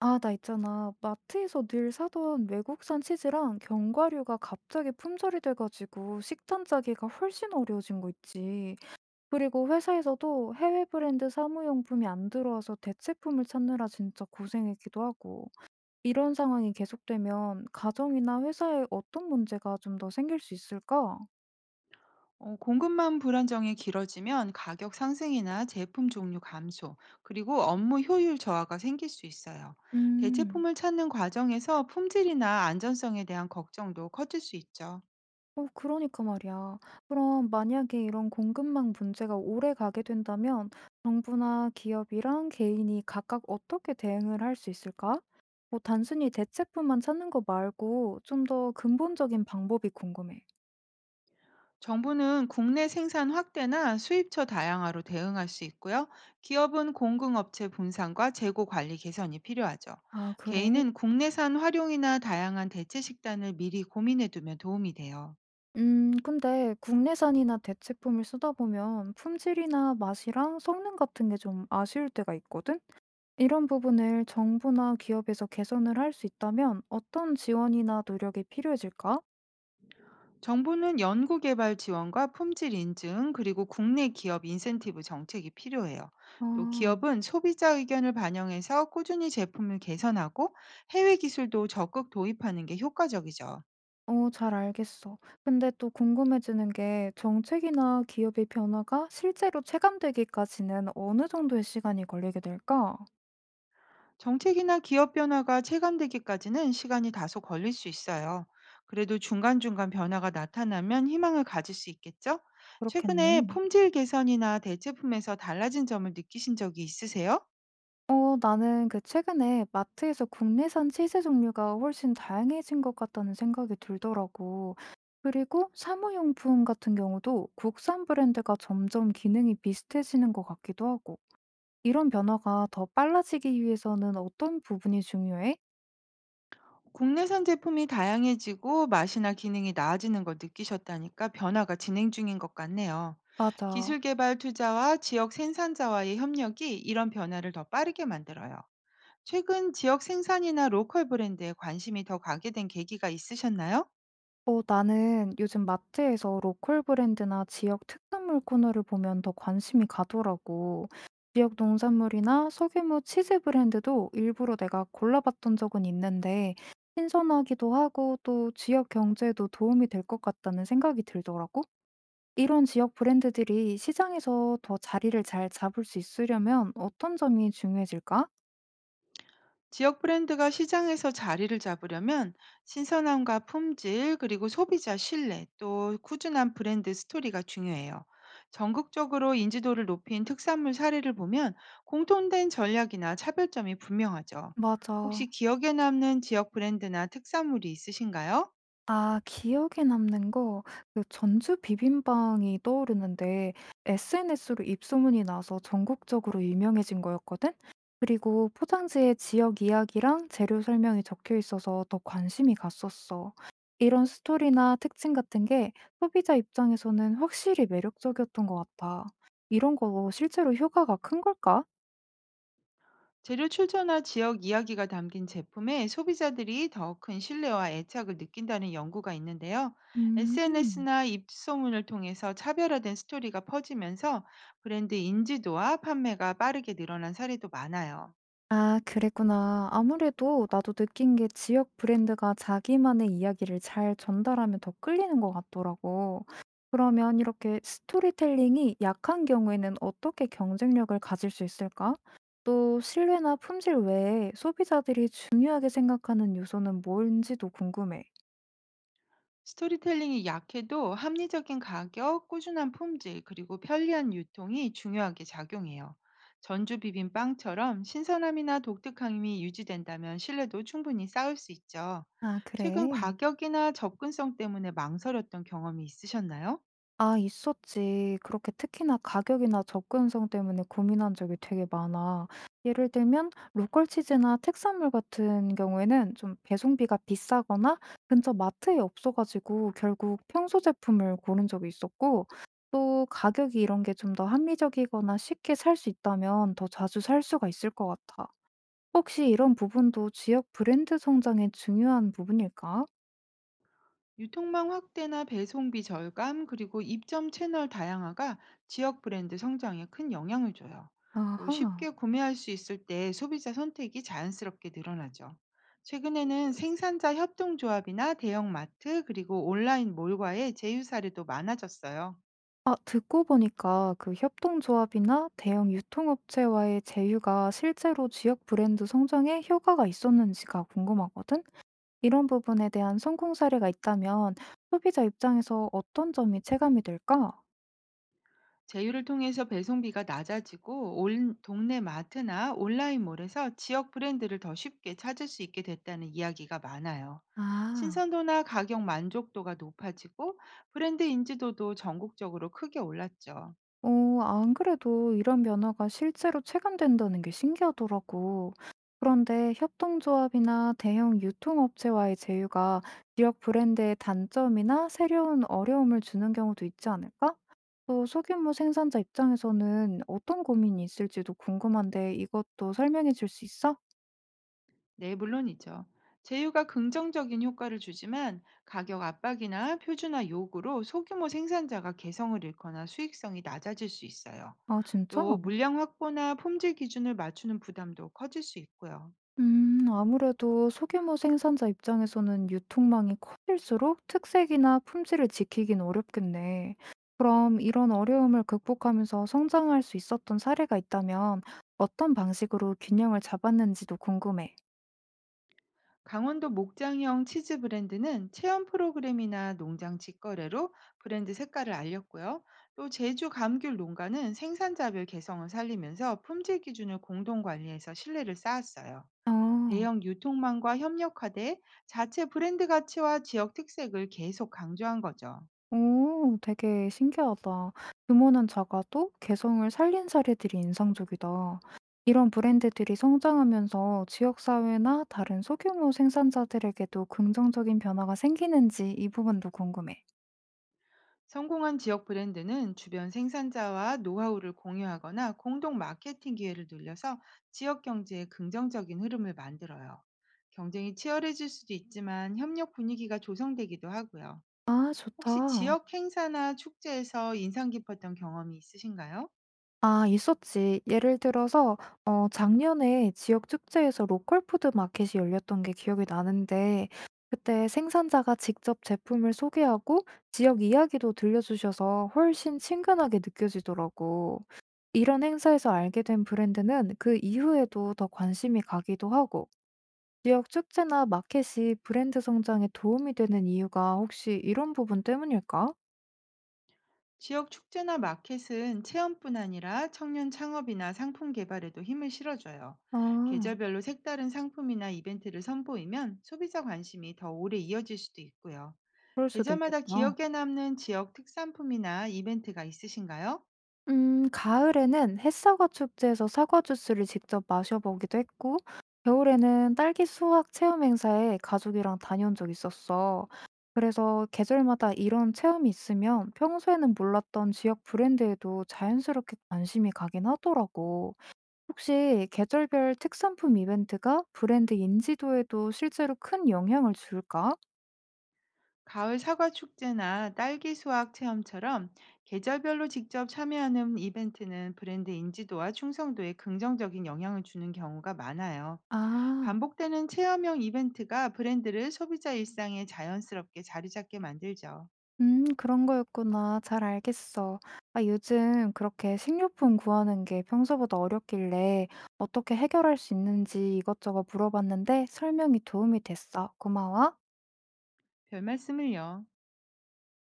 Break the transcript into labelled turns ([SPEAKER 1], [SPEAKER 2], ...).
[SPEAKER 1] 아, 나 있잖아. 마트에서 늘 사던 외국산 치즈랑 견과류가 갑자기 품절이 돼가지고 식단 짜기가 훨씬 어려워진 거 있지. 그리고 회사에서도 해외 브랜드 사무용품이 안 들어와서 대체품을 찾느라 진짜 고생했기도 하고. 이런 상황이 계속되면 가정이나 회사에 어떤 문제가 좀 더 생길 수 있을까?
[SPEAKER 2] 공급만 불안정이 길어지면 가격 상승이나 제품 종류 감소, 그리고 업무 효율 저하가 생길 수 있어요.
[SPEAKER 1] 음.
[SPEAKER 2] 대체품을 찾는 과정에서 품질이나 안전성에 대한 걱정도 커질 수 있죠.
[SPEAKER 1] 어 그러니까 말이야. 그럼 만약에 이런 공급망 문제가 오래 가게 된다면 정부나 기업이랑 개인이 각각 어떻게 대응을 할 수 있을까? 뭐 단순히 대책뿐만 찾는 거 말고 좀 더 근본적인 방법이 궁금해.
[SPEAKER 2] 정부는 국내 생산 확대나 수입처 다양화로 대응할 수 있고요. 기업은 공급업체 분산과 재고 관리 개선이 필요하죠.
[SPEAKER 1] 아, 그래?
[SPEAKER 2] 개인은 국내산 활용이나 다양한 대체 식단을 미리 고민해 두면 도움이 돼요.
[SPEAKER 1] 근데 국내산이나 대체품을 쓰다 보면 품질이나 맛이랑 성능 같은 게 좀 아쉬울 때가 있거든? 이런 부분을 정부나 기업에서 개선을 할 수 있다면 어떤 지원이나 노력이 필요해질까?
[SPEAKER 2] 정부는 연구개발 지원과 품질 인증, 그리고 국내 기업 인센티브 정책이 필요해요. 또
[SPEAKER 1] 아.
[SPEAKER 2] 기업은 소비자 의견을 반영해서 꾸준히 제품을 개선하고 해외 기술도 적극 도입하는 게 효과적이죠.
[SPEAKER 1] 어 잘 알겠어. 근데 또 궁금해지는 게 정책이나 기업의 변화가 실제로 체감되기까지는 어느 정도의 시간이 걸리게 될까?
[SPEAKER 2] 정책이나 기업 변화가 체감되기까지는 시간이 다소 걸릴 수 있어요. 그래도 중간중간 변화가 나타나면 희망을 가질 수 있겠죠? 최근에
[SPEAKER 1] 그렇겠네.
[SPEAKER 2] 품질 개선이나 대체품에서 달라진 점을 느끼신 적이 있으세요?
[SPEAKER 1] 어, 나는 그 최근에 마트에서 국내산 치즈 종류가 훨씬 다양해진 것 같다는 생각이 들더라고. 그리고 사무용품 같은 경우도 국산 브랜드가 점점 기능이 비슷해지는 것 같기도 하고. 이런 변화가 더 빨라지기 위해서는 어떤 부분이 중요해?
[SPEAKER 2] 국내산 제품이 다양해지고 맛이나 기능이 나아지는 걸 느끼셨다니까 변화가 진행 중인 것 같네요.
[SPEAKER 1] 맞아.
[SPEAKER 2] 기술 개발 투자와 지역 생산자와의 협력이 이런 변화를 더 빠르게 만들어요. 최근 지역 생산이나 로컬 브랜드에 관심이 더 가게 된 계기가 있으셨나요?
[SPEAKER 1] 어, 나는 요즘 마트에서 로컬 브랜드나 지역 특산물 코너를 보면 더 관심이 가더라고. 지역 농산물이나 소규모 치즈 브랜드도 일부러 내가 골라봤던 적은 있는데, 신선하기도 하고 또 지역 경제에도 도움이 될 것 같다는 생각이 들더라고. 이런 지역 브랜드들이 시장에서 더 자리를 잘 잡을 수 있으려면 어떤 점이 중요해질까?
[SPEAKER 2] 지역 브랜드가 시장에서 자리를 잡으려면 신선함과 품질, 그리고 소비자 신뢰, 또 꾸준한 브랜드 스토리가 중요해요. 전국적으로 인지도를 높인 특산물 사례를 보면 공통된 전략이나 차별점이 분명하죠.
[SPEAKER 1] 맞아.
[SPEAKER 2] 혹시 기억에 남는 지역 브랜드나 특산물이 있으신가요?
[SPEAKER 1] 아 기억에 남는 거 그 전주 비빔빵이 떠오르는데 SNS로 입소문이 나서 전국적으로 유명해진 거였거든? 그리고 포장지에 지역 이야기랑 재료 설명이 적혀 있어서 더 관심이 갔었어. 이런 스토리나 특징 같은 게 소비자 입장에서는 확실히 매력적이었던 것 같아. 이런 거 실제로 효과가 큰 걸까?
[SPEAKER 2] 재료 출처나 지역 이야기가 담긴 제품에 소비자들이 더 큰 신뢰와 애착을 느낀다는 연구가 있는데요.
[SPEAKER 1] 음.
[SPEAKER 2] SNS나 입소문을 통해서 차별화된 스토리가 퍼지면서 브랜드 인지도와 판매가 빠르게 늘어난 사례도 많아요.
[SPEAKER 1] 아 그랬구나. 아무래도 나도 느낀 게 지역 브랜드가 자기만의 이야기를 잘 전달하면 더 끌리는 것 같더라고. 그러면 이렇게 스토리텔링이 약한 경우에는 어떻게 경쟁력을 가질 수 있을까? 또 신뢰나 품질 외에 소비자들이 중요하게 생각하는 요소는 뭔지도 궁금해.
[SPEAKER 2] 스토리텔링이 약해도 합리적인 가격, 꾸준한 품질, 그리고 편리한 유통이 중요하게 작용해요. 전주 비빔빵처럼 신선함이나 독특함이 유지된다면 신뢰도 충분히 쌓을 수 있죠.
[SPEAKER 1] 아,
[SPEAKER 2] 최근
[SPEAKER 1] 그래.
[SPEAKER 2] 가격이나 접근성 때문에 망설였던 경험이 있으셨나요?
[SPEAKER 1] 아 있었지. 그렇게 특히나 가격이나 접근성 때문에 고민한 적이 되게 많아. 예를 들면 로컬 치즈나 특산물 같은 경우에는 좀 배송비가 비싸거나 근처 마트에 없어 가지고 결국 평소 제품을 고른 적이 있었고 또 가격이 이런 게 좀 더 합리적이거나 쉽게 살 수 있다면 더 자주 살 수가 있을 것 같아. 혹시 이런 부분도 지역 브랜드 성장의 중요한 부분일까?
[SPEAKER 2] 유통망 확대나 배송비 절감, 그리고 입점 채널 다양화가 지역 브랜드 성장에 큰 영향을 줘요. 또
[SPEAKER 1] 아하.
[SPEAKER 2] 쉽게 구매할 수 있을 때 소비자 선택이 자연스럽게 늘어나죠. 최근에는 생산자 협동조합이나 대형마트, 그리고 온라인 몰과의 제휴 사례도 많아졌어요.
[SPEAKER 1] 아, 듣고 보니까 그 협동조합이나 대형 유통업체와의 제휴가 실제로 지역 브랜드 성장에 효과가 있었는지가 궁금하거든? 이런 부분에 대한 성공 사례가 있다면 소비자 입장에서 어떤 점이 체감이 될까?
[SPEAKER 2] 제휴를 통해서 배송비가 낮아지고 온 동네 마트나 온라인몰에서 지역 브랜드를 더 쉽게 찾을 수 있게 됐다는 이야기가 많아요.
[SPEAKER 1] 아.
[SPEAKER 2] 신선도나 가격 만족도가 높아지고 브랜드 인지도도 전국적으로 크게 올랐죠.
[SPEAKER 1] 어, 안 그래도 이런 변화가 실제로 체감된다는 게 신기하더라고. 그런데 협동조합이나 대형 유통업체와의 제휴가 지역 브랜드의 단점이나 새로운 어려움을 주는 경우도 있지 않을까? 또 소규모 생산자 입장에서는 어떤 고민이 있을지도 궁금한데 이것도 설명해 줄 수 있어?
[SPEAKER 2] 네, 물론이죠. 제휴가 긍정적인 효과를 주지만 가격 압박이나 표준화 요구로 소규모 생산자가 개성을 잃거나 수익성이 낮아질 수 있어요.
[SPEAKER 1] 아, 진짜?
[SPEAKER 2] 또 물량 확보나 품질 기준을 맞추는 부담도 커질 수 있고요.
[SPEAKER 1] 아무래도 소규모 생산자 입장에서는 유통망이 커질수록 특색이나 품질을 지키긴 어렵겠네. 그럼 이런 어려움을 극복하면서 성장할 수 있었던 사례가 있다면 어떤 방식으로 균형을 잡았는지도 궁금해.
[SPEAKER 2] 강원도 목장형 치즈 브랜드는 체험 프로그램이나 농장 직거래로 브랜드 색깔을 알렸고요. 또 제주 감귤 농가는 생산자별 개성을 살리면서 품질 기준을 공동 관리해서 신뢰를 쌓았어요.
[SPEAKER 1] 어.
[SPEAKER 2] 대형 유통망과 협력화돼 자체 브랜드 가치와 지역 특색을 계속 강조한 거죠.
[SPEAKER 1] 오, 되게 신기하다. 규모는 작아도 개성을 살린 사례들이 인상적이다. 이런 브랜드들이 성장하면서 지역사회나 다른 소규모 생산자들에게도 긍정적인 변화가 생기는지 이 부분도 궁금해.
[SPEAKER 2] 성공한 지역 브랜드는 주변 생산자와 노하우를 공유하거나 공동 마케팅 기회를 늘려서 지역 경제에 긍정적인 흐름을 만들어요. 경쟁이 치열해질 수도 있지만 협력 분위기가 조성되기도 하고요.
[SPEAKER 1] 아,
[SPEAKER 2] 혹시
[SPEAKER 1] 좋다.
[SPEAKER 2] 지역 행사나 축제에서 인상 깊었던 경험이 있으신가요?
[SPEAKER 1] 아, 있었지. 예를 들어서, 어, 작년에 지역 축제에서 로컬 푸드 마켓이 열렸던 게 기억이 나는데, 그때 생산자가 직접 제품을 소개하고 지역 이야기도 들려주셔서 훨씬 친근하게 느껴지더라고. 이런 행사에서 알게 된 브랜드는 그 이후에도 더 관심이 가기도 하고, 지역 축제나 마켓이 브랜드 성장에 도움이 되는 이유가 혹시 이런 부분 때문일까?
[SPEAKER 2] 지역 축제나 마켓은 체험뿐 아니라 청년 창업이나 상품 개발에도 힘을 실어줘요.
[SPEAKER 1] 아,
[SPEAKER 2] 계절별로 색다른 상품이나 이벤트를 선보이면 소비자 관심이 더 오래 이어질 수도 있고요.
[SPEAKER 1] 그럴 수도
[SPEAKER 2] 계절마다
[SPEAKER 1] 있겠다.
[SPEAKER 2] 기억에 남는 지역 특산품이나 이벤트가 있으신가요?
[SPEAKER 1] 가을에는 햇사과 축제에서 사과 주스를 직접 마셔보기도 했고, 겨울에는 딸기 수확 체험 행사에 가족이랑 다녀온 적 있었어. 그래서 계절마다 이런 체험이 있으면 평소에는 몰랐던 지역 브랜드에도 자연스럽게 관심이 가긴 하더라고. 혹시 계절별 특산품 이벤트가 브랜드 인지도에도 실제로 큰 영향을 줄까?
[SPEAKER 2] 가을 사과 축제나 딸기 수확 체험처럼 계절별로 직접 참여하는 이벤트는 브랜드 인지도와 충성도에 긍정적인 영향을 주는 경우가 많아요.
[SPEAKER 1] 아.
[SPEAKER 2] 반복되는 체험형 이벤트가 브랜드를 소비자 일상에 자연스럽게 자리 잡게 만들죠.
[SPEAKER 1] 그런 거였구나. 잘 알겠어. 아, 요즘 그렇게 식료품 구하는 게 평소보다 어렵길래 어떻게 해결할 수 있는지 이것저것 물어봤는데 설명이 도움이 됐어. 고마워.
[SPEAKER 2] 별 말씀을요.